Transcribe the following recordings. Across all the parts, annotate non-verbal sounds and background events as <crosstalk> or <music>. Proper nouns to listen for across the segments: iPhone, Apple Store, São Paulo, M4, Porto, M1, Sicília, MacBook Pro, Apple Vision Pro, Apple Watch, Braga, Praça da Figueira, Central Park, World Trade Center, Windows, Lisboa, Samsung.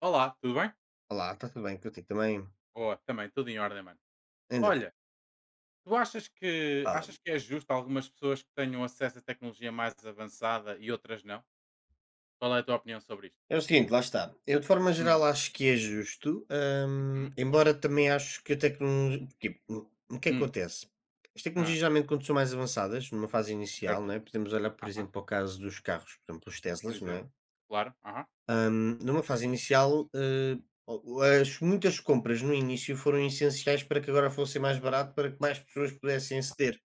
Olá, tudo bem? Olá, está tudo bem contigo também? Boa, também, tudo em ordem, mano. Ainda bem, Olha, tu achas que fala-me. achas que é justo algumas pessoas que tenham acesso à tecnologia mais avançada e outras não? Qual é a tua opinião sobre isto? É o seguinte, lá está. Eu, de forma geral, Hum, acho que é justo, uhum, embora também acho que a tecnologia. Tipo, o que é que hum, acontece? As ah, tecnologias, geralmente, quando são mais avançadas, numa fase inicial, não certo? é? Podemos olhar, por Aham, exemplo, para o caso dos carros, por exemplo, os por Teslas, não exemplo. é? Claro, aham, Numa fase inicial, as muitas compras no início foram essenciais para que agora fosse mais barato, para que mais pessoas pudessem aceder.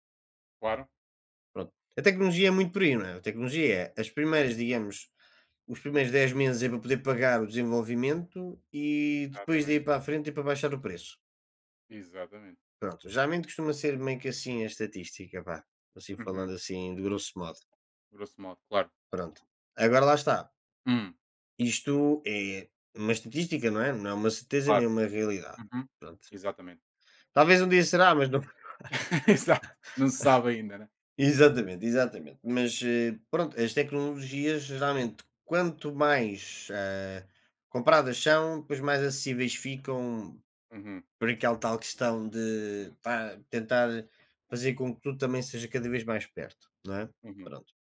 claro. Pronto. A tecnologia é muito por aí, não é? A tecnologia é as primeiras, digamos. Os primeiros 10 meses é para poder pagar o desenvolvimento e depois daí Exatamente, para a frente é para baixar o preço. exatamente. Pronto, geralmente costuma ser meio que assim a estatística, vá. Assim Uhum, falando assim de grosso modo. grosso modo, claro. Pronto. Agora lá está. Hum, Isto é uma estatística, não é? Não é uma certeza nem claro. uma realidade. Uhum, Pronto. exatamente. Talvez um dia será, mas não. <laughs> <laughs> Exato. Não se sabe ainda, né? Exatamente, exatamente. Mas pronto, as tecnologias geralmente quanto mais compradas são, depois mais acessíveis ficam Uhum, por aquela tal questão de pá, tentar fazer com que tudo também seja cada vez mais perto, não é? uhum, Pronto.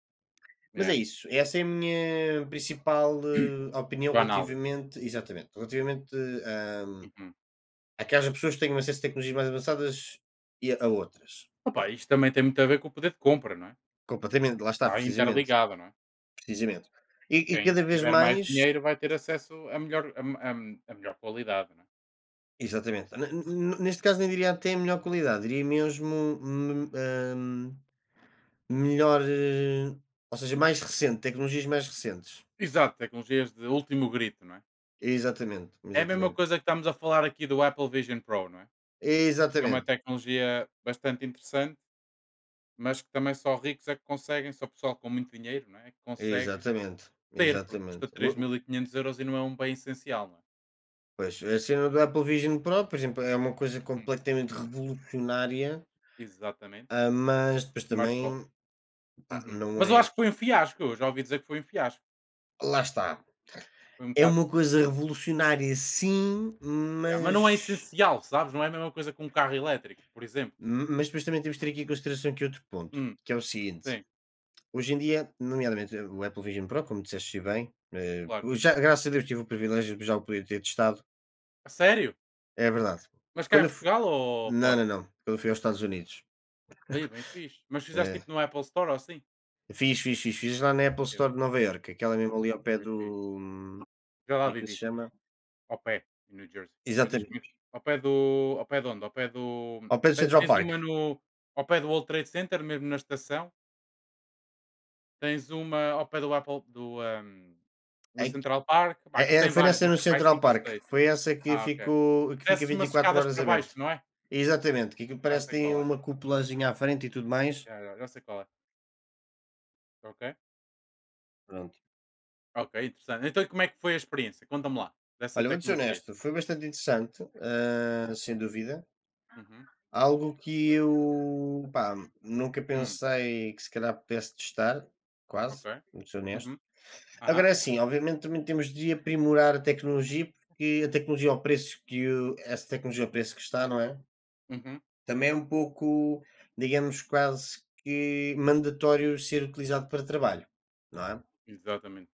Mas é yeah. isso. Essa é a minha principal opinião Tua análise. relativamente, exatamente, relativamente Uhum. a que haja pessoas que tenham acesso a tecnologias mais avançadas e a outras. Opa, Pronto. isto também tem muito a ver com o poder de compra, não é? Completamente, lá está, Ah, precisamente, interligado, não é? precisamente. E Quem cada vez tiver mais mais, dinheiro vai ter acesso a melhor, a, a melhor qualidade, não é? exatamente. Neste caso nem diria até melhor qualidade, diria mesmo melhor, ou seja, mais recente, tecnologias mais recentes. Exato, tecnologias de último grito, não é? Exatamente, É a mesma exatamente. coisa que estamos a falar aqui do Apple Vision Pro, não é? Que é uma Exatamente, tecnologia bastante interessante, mas que também só ricos é que conseguem, só pessoal com muito dinheiro, não é? É que consegue exatamente, ter, porque exatamente. custa O três o mil e quinhentos euros e não é um bem essencial, não é? pois, a cena do Apple Vision Pro, por exemplo, é uma coisa Uhum, completamente revolucionária, exatamente. Mas depois Marcou. também, pá, Uhum. não Mas eu é, acho que foi um fiasco, eu já ouvi dizer que foi um fiasco. lá está, Foi um é bocado. uma coisa revolucionária sim, Ya, mas não é essencial, sabes? Não é a mesma coisa que um carro elétrico, por exemplo. mas depois também temos que ter aqui em consideração aqui outro ponto, Hum, que é o seguinte. sim, Hoje em dia, nomeadamente o Apple Vision Pro, como disseste bem, claro. já graças a Deus tive o privilégio de já o poder ter testado. A sério? É verdade. Mas Porque cá quando em eu fu Portugal ou não, fora? não, não. Quando eu fui aos Estados Unidos, Aí, bem fixe. Mas fizeste eh, tipo no Apple Store ou assim? fiz lá na Apple Aí, bem, Store de Nova York, aquela mesmo ali ao pé bem fixe. do, Já lá como é que se vivi, chama? ao pé, em New Jersey. Mas diz comigo, Exatamente, ao pé do. Ao pé de onde? Ao pé do. ao pé do te- Central Tens Park. uma no. Ao pé do World Trade Center, mesmo na estação. Tens uma ao pé do Apple. Do, do Ai, Central Park. Pá, é aquilo é tem foi várias, nessa deve no ter para aí Central 5 ou Park, seis. foi essa que Ah, ok. ficou que fica Desces umas 24 escadas horas para baixo, aberto. não é? Exatamente, que aquilo Já parece que sei tem qual é. uma cúpulazinha à frente e tudo mais. Já, já, já sei qual é. Ok. Pronto. Ok, interessante. Então, e como é que foi a experiência? Conta-me lá, dessa Olha, vou ser tecnologia. honesto, foi bastante interessante, hã, sem dúvida. Uhum. Algo que eu, pá, nunca Hum, pensei que se calhar pudesse testar, quase, ok. vou ser honesto. Uhum. Aham. Agora sim, obviamente também temos de aprimorar a tecnologia, porque a tecnologia ao preço que o essa tecnologia ao preço que está, não é? Uhum. Também é um pouco, digamos, quase que mandatório ser utilizado para trabalho, não é? Exatamente.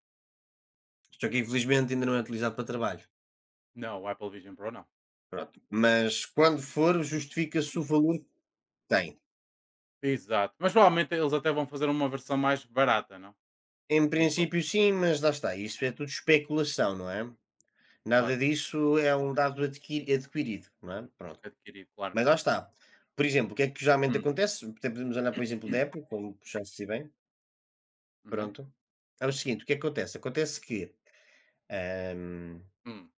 Só que infelizmente ainda não é utilizado para trabalho, Não, o Apple Vision Pro não. pronto. Mas quando for, justifica-se o valor que tem. Exato. Mas provavelmente eles até vão fazer uma versão mais barata, não? Em Digo eu, princípio, sim, mas lá está, isso é tudo especulação, não é? Nada claro. disso é um dado adquirido, não é? Pronto. Adquirido, claro. Mas lá está. Por exemplo, o que é que geralmente Hum. acontece? Até podemos olhar por exemplo da Apple, <clears throat> como puxaste bem. Uhum. Pronto. É o seguinte: o que é que acontece? Acontece que ahm, Hum.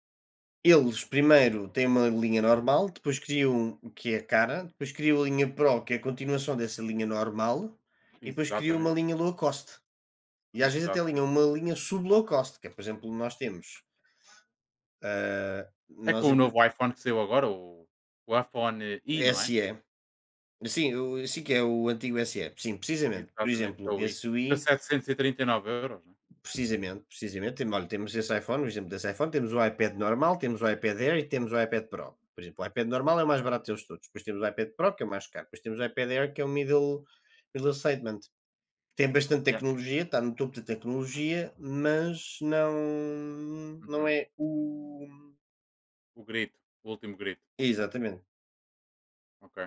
eles primeiro têm uma linha normal, depois criam o que é cara, depois criam a linha Pro, que é a continuação dessa linha normal, e depois criam uma Exatamente. linha low cost. E às vezes até linha Exatamente. uma linha sub low cost, que é, por exemplo, nós temos. É Nós com o em pri novo iPhone que saiu agora, o iPhone I, não é? SE. Sim, o sim que é o antigo SE. Sim, precisamente. Por Exatamente, que exemplo, é o I. esse Custa Wii 739 euros, não é? precisamente, precisamente, tem, olha, temos esse iPhone, o exemplo desse iPhone, temos o iPad normal, temos o iPad Air e temos o iPad Pro. Por exemplo, o iPad normal é o mais barato deles todos, depois temos o iPad Pro, que é o mais caro, depois temos o iPad Air, que é o middle segment. Tem bastante Yeah. tecnologia, está no topo da tecnologia, mas não não Uhum. é o, O grito, o último grito. exatamente. Ok.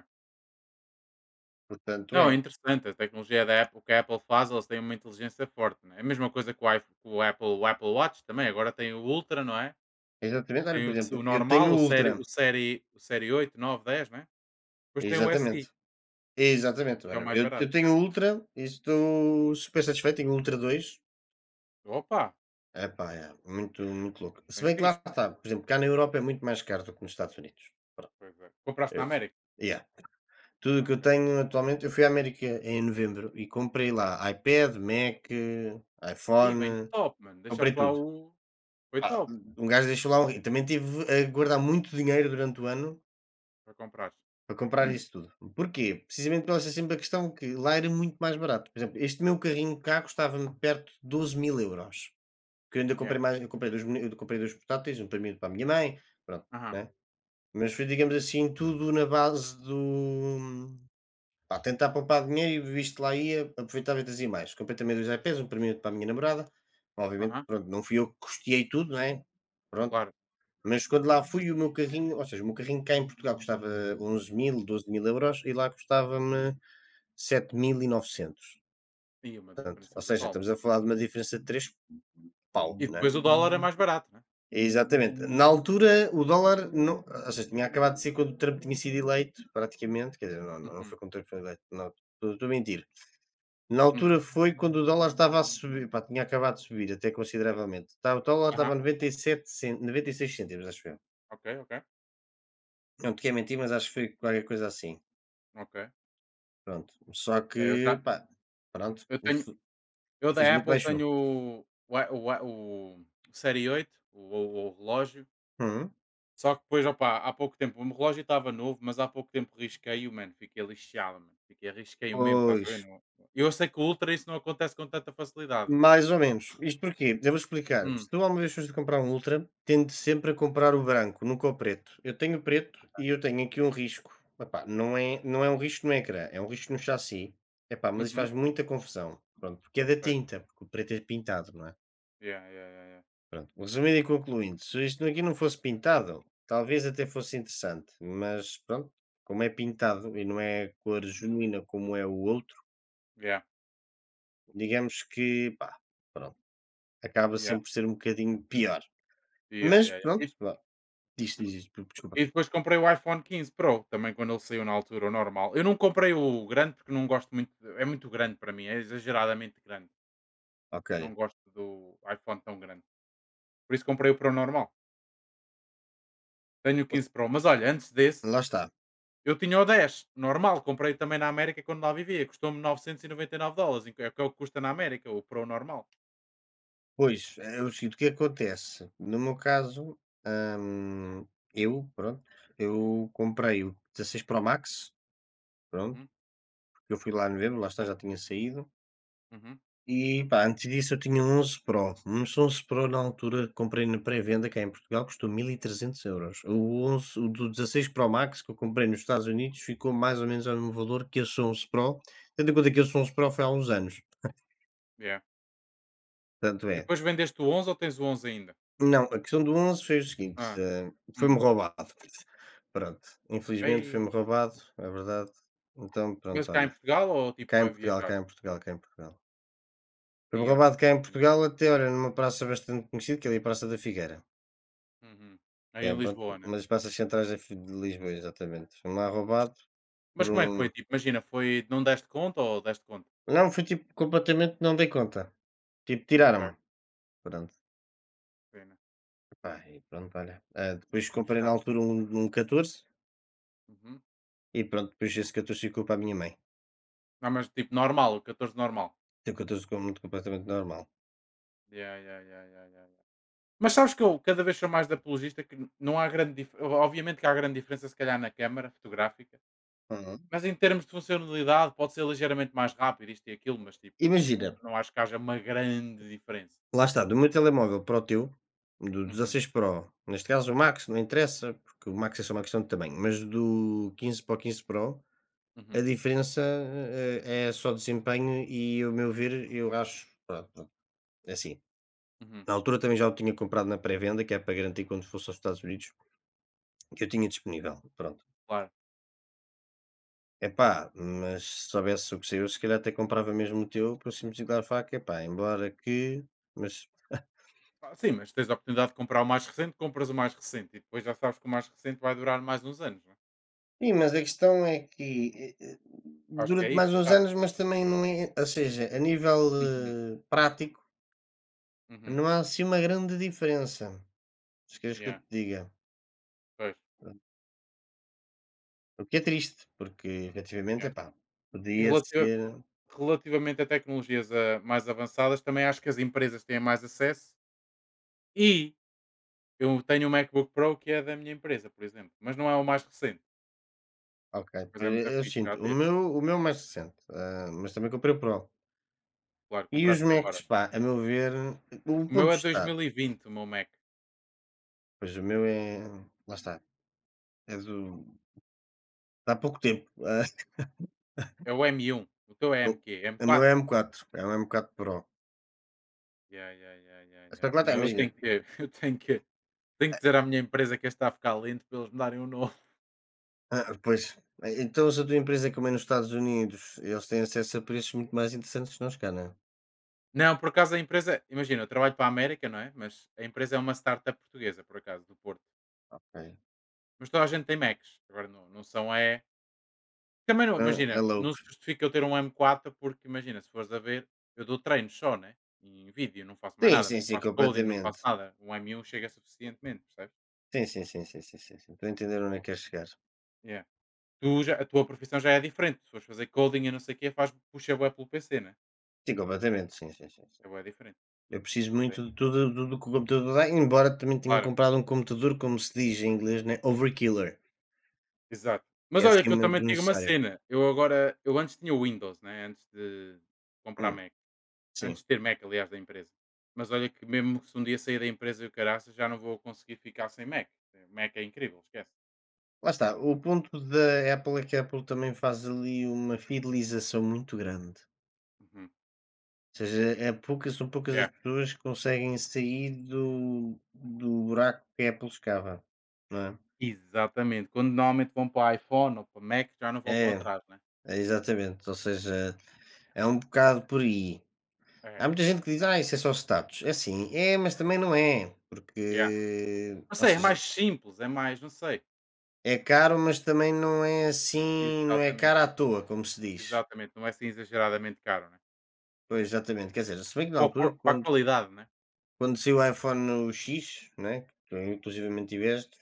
Portanto Não, é, é interessante. A tecnologia da Apple, o que a Apple faz, eles têm uma inteligência forte, né? É a mesma coisa que o, iPhone, com o Apple Watch também. Agora tem o Ultra, não é? exatamente. Olha, Tem por exemplo, o eu normal, tenho o o Ultra. série, o, série, o série oito nove dez, né? Depois tem o Exatamente. SI, Exatamente, que é o olha, mais eu barato. tenho Ultra e estou super satisfeito, tenho Ultra 2, Opa, epá, é muito muito louco. Se bem bem que lá fixe, mano. está, por exemplo, cá na Europa é muito mais caro do que nos Estados Unidos. Pois é. Compraste na Eu América? yeah, tudo o que eu Ok. tenho atualmente, eu fui à América em novembro e comprei lá iPad, Mac, Aí, bem iPhone, top, mano. comprei Deixaste lá tudo. o... Foi Pá, top um gajo deixou lá um ri também tive a guardar muito dinheiro durante o ano para comprares. para comprar isso tudo. Porquê? Precisamente pela ser sempre a questão que lá era muito mais barato. Por exemplo, este meu carrinho cá custava-me perto de 12 mil euros. Que eu ainda Yeah. comprei mais, eu comprei dois, eu comprei dois portáteis, um para mim e outro para a minha mãe, pronto, Aham, né? Mas foi, digamos assim, tudo na base do pá, tentar poupar dinheiro e visto que lá ia, aproveitava e trazia mais. Comprei também dois iPads, um para mim e outro para a minha namorada. Obviamente, aham. pronto, não fui eu que custeei tudo, né? Claro. Mas quando lá Mas fui, o meu carrinho ou seja, o meu carrinho cá em Portugal custava onze mil, doze mil euros e lá custava-me sete mil e novecentos. tinha uma Portanto, diferença ou seja, brutal, mano. estamos a falar de uma diferença de 3 pau, E não é? depois o dólar é mais barato, né? Exatamente. Na altura, o dólar não ou seja, tinha acabado de ser quando o Trump tinha sido eleito, praticamente, quer dizer, não, não, não Uhum. foi quando o Trump foi eleito, não, estou a mentir. Na Hum. altura foi quando o dólar estava a subir, pá, tinha acabado de subir até consideravelmente. Estava o dólar estava Aham. a 97 cen 96 cêntimos, acho eu. Ok, ok. Não te quero mentir, mas acho que foi qualquer coisa assim. Ok. Pronto, só É, eu que, já pá, pronto, eu tenho eu da infelizmente Apple baixou. tenho o Série 8 o relógio, Uhum. só que depois, opa, há pouco tempo o meu relógio estava novo, mas há pouco tempo risquei-o, mano, fiquei lixado, mano, fiquei risquei-o mesmo, estás a Pois, ver? Não, eu sei que o Ultra isso não acontece com tanta facilidade, né? mais ou menos. Isto porquê? Devo explicar. Hum, Se tu alguma vez fores comprar um Ultra, tende sempre a comprar o branco, nunca o preto. Eu tenho o preto e eu tenho aqui um risco. Epá, não é, não é um risco no ecrã, é um risco no chassi. Epá, mas isso uhum, faz muita confusão. Pronto, porque é da pois. tinta, porque o preto é pintado, não é? Yeah, yeah, yeah, yeah. Pronto, resumindo e concluindo, se isto aqui não fosse pintado, talvez até fosse interessante, mas pronto, como é pintado e não é cor genuína como é o outro, Yeah, digamos que pá, pronto, acaba sempre por ser um bocadinho pior. yeah, yeah, Mas yeah, yeah. pronto, vá, diz, diz, diz, desculpa. E depois comprei o iPhone quinze Pro, também quando ele saiu na altura, o normal. Eu não comprei o grande porque não gosto muito, é muito grande para mim, é exageradamente grande. Ok, Não gosto do iPhone tão grande. Por isso comprei o Pro normal. Tenho o 15 Pro. Mas olha, antes desse, lá está. eu tinha o 10 normal. Comprei também na América quando lá vivia. Custou-me 999 dólares. É o que custa na América, o Pro normal. Pois, é o seguinte, o que acontece? No meu caso, hum, eu, pronto, eu comprei o 16 Pro Max, pronto, Uhum, porque eu fui lá no novembro, lá está, já tinha saído. uhum, E pá, antes disso eu tinha um 11 Pro, mas o 11 Pro na altura comprei na pré-venda cá em Portugal, custou mil e trezentos euros. O 11, o do 16 Pro Max que eu comprei nos Estados Unidos ficou mais ou menos ao mesmo valor que esse 11 Pro, tendo em conta que esse 11 Pro foi há uns anos, yeah. portanto E é, depois vendeste o 11 ou tens o 11 ainda? não, a questão do 11 foi o seguinte, Ah, foi-me hum. roubado. <laughs> Pronto, infelizmente foi-me Ei, roubado, é verdade. Então mas pronto, cá em olha, Portugal ou tipo cá a em Portugal, viajar? cá em Portugal, cá em Portugal. Foi-me Aí, ó, mano. roubado cá em Portugal até, olha, numa praça bastante conhecida, que é ali a Praça da Figueira. Uhum. Aí É, em pronto, Lisboa, né? mas Praças Centrais é fi de Lisboa, exatamente. Foi me lá roubado Mas por como é que foi? um Tipo, imagina, foi. Não deste conta ou deste conta? não, foi tipo completamente, não dei conta, tipo Ok, tiraram-me, pronto. pena. Epá, e pronto, olha, ah, Isso é depois sempre comprei na chato. altura um 14 Uhum. e pronto, depois esse 14 ficou para a minha mãe. Não, mas tipo normal, o 14 normal. Tem um 14 como muito completamente normal. Yeah, yeah, yeah, yeah, yeah, yeah. Mas sabes que eu cada vez sou mais de apologista que não há grande dif... obviamente que há grande diferença se calhar na câmara fotográfica, Uhum. mas em termos de funcionalidade pode ser ligeiramente mais rápido isto e aquilo, mas tipo, não, Imagina, não acho que haja uma grande diferença. lá está, do meu telemóvel para o teu, do Uhum, 16 Pro, neste caso o Max, não interessa, porque o Max é só uma questão de tamanho, mas do 15 para o 15 Pro, a uhum, diferença, é só desempenho e, o meu ver, eu acho, pronto, pronto, é assim, uhum, na altura também já o tinha comprado na pré-venda, que é para garantir quando fosse aos Estados Unidos, que eu tinha disponível, pronto. claro. Epá, mas se soubesse o que saiu, se calhar até comprava mesmo o teu, pelo simples e claro facto, epá, embora que mas Ah, sim, mas tens a oportunidade de comprar o mais recente, compras o mais recente e depois já sabes que o mais recente vai durar mais uns anos, não é? sim, mas a questão é que, Acho que é dura-te isso, mais um uns bocado. anos, mas também não é, ou seja, a nível, Uhum, prático, uhum, não há assim uma grande diferença, se queres que eu yeah, te diga. pois, O que é triste, porque efetivamente, yeah. epá, E podia relativa- ser. Relativamente a tecnologias, mais avançadas, também acho que as empresas têm mais acesso e eu tenho um MacBook Pro que é da minha empresa, por exemplo, mas não é o mais recente, Ok, mas é pois eu muito eu fixe sinto, já ter. O meu mais recente, ah, mas também comprei o Pro. Claro, E os compraste Macs, agora. pá, a meu ver, o O meu ponto é está, 2020, o meu Mac. pois o meu é, lá está, é do de há pouco tempo, ah, <laughs> É o M1. O teu é o M quê? o meu é M4? m quatro é um M4 Pro. Yeah, yeah, yeah, yeah, Só yeah. que lá está, Não, eu imagina, tenho que, <laughs> eu tenho que dizer à minha empresa que este está a ficar lento para eles me darem um novo. <laughs> ah, pois, então se a tua empresa é como é nos Estados Unidos, eles têm acesso a preços muito mais interessantes que nós cá, não é? Não, por acaso a empresa, imagina, eu trabalho para a América, não é? Mas a empresa é uma startup portuguesa, por acaso, do Porto. Ok. Mas toda a gente tem Macs. Agora não, não são é. Também não, Ah, é imagina, não se loucos. justifica eu ter um M4 porque imagina, se fores a ver, eu dou treinos só, né? Em vídeo, não faço mais Sim, nada, não sim, sim, faço coding, não faço completamente. nada. Um M1 chega suficientemente, percebes? Sim, sim, sim, sim, sim, sim, sim. Estou a entender Tá onde é bom. que queres chegar. Yeah. Tu já, a tua profissão já é diferente. Se fores fazer coding e não sei o quê, faz, puxa bué pelo PC, né? Sim, completamente, sim, sim, sim, sim. É bué diferente. Eu preciso Também, muito de tudo que o computador dá, embora também tenha claro, comprado um computador, como se diz em inglês, né? Overkiller, exato. que Mas é olha que eu acima também do te digo uma necessário. cena. Eu agora, eu antes tinha o Windows, né? Antes de comprar Hum, Mac. sim. Antes de ter Mac, aliás, da empresa. Mas olha que mesmo se um dia sair da empresa e o caraças, já não vou conseguir ficar sem Mac. Mac é incrível, esquece. Lá está. O ponto da Apple é que a Apple também faz ali uma fidelização muito grande. Uhum. Ou seja, é poucas, são poucas as Yeah. pessoas que conseguem sair do, do buraco que a Apple escava, não é? Exatamente. Quando normalmente vão para iPhone ou para Mac, já não voltam É, atrás, né? é exatamente. Ou seja, é um bocado por aí. É, Há muita gente que diz: acho "Ah, isso que é sim. só status". É assim, é, mas também não é, Yeah. porque Não ou sei, é seja, mais simples, é mais, não sei. é caro, mas também não é assim, não é caro Exatamente, à toa, como se diz. exatamente. Não é assim exageradamente caro, né? Pois, exatamente, quer dizer, se bem que na Para, altura, para a quando qualidade, né? Saiu o iPhone X, né, que tu inclusivamente tiveste,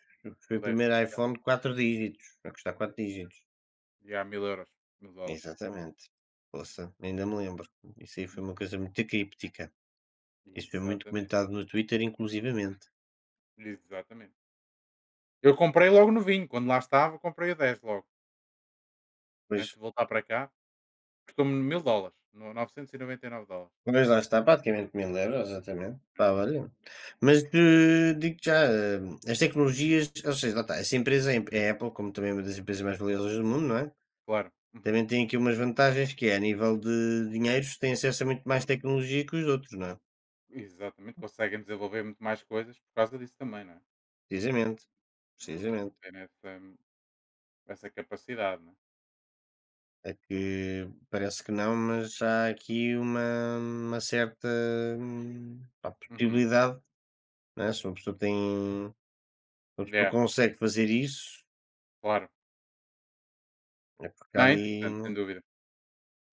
foi O o 10. primeiro Yeah. iPhone de 4 dígitos, a custar 4 dígitos. Yeah, mil euros, mil dólares. Exatamente. Poça, ainda me lembro. Isso aí foi uma coisa muito críptica. Isso foi muito Exatamente, comentado no Twitter, inclusivamente. exatamente. Eu comprei logo no vinho, quando lá estava, comprei o 10 logo. Pois. Antes de voltar para cá, custou-me mil dólares, no 999 dólares. Mas lá está, praticamente 1000 euros, exatamente. É, Pá, olha. Mas digo-te já, as tecnologias, ou seja, lá está, essa empresa, é a Apple, como também é uma das empresas mais valiosas do mundo, não é? claro. Uhum. Também tem aqui umas vantagens que é, a nível de dinheiros, tem acesso a muito mais tecnologia que os outros, não é? Exatamente, conseguem desenvolver muito mais coisas por causa disso também, não é? Precisamente, Por precisamente. terem essa, essa capacidade, não é? É que parece que não, mas há aqui uma certa pá, Uhum. possibilidade, não é? Se uma pessoa tem, se uma pessoa Yeah, consegue fazer isso, claro. é porque há Não, é ali. interessante, sem dúvida.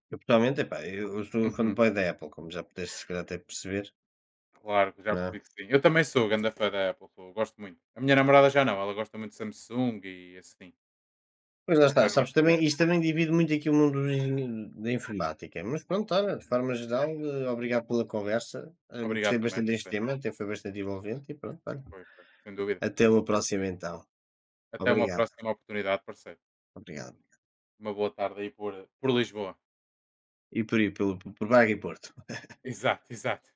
Eu pessoalmente, epá, eu sou Uhum. fanboy da Apple, como já pudeste se calhar até perceber, Claro, já não é? percebi que sim. Eu também sou grande fã da Apple, sou, gosto muito. A minha namorada já não, ela gosta muito de Samsung e assim. Pois lá está, Já não é sabes, fã da também, Apple. isto também divide muito aqui o mundo dos da informática, mas pronto, olha, de forma geral, obrigado pela conversa, Obrigado gostei também bastante por deste ser. tema, até foi bastante envolvente e pronto, olha. Foi, foi, sem dúvida. Até uma Foi próxima bem. então. Até uma Obrigado, próxima oportunidade, parceiro. obrigado. Uma boa tarde aí por Lisboa. E por aí, pelo, por Braga e Porto. Esatto, esatto.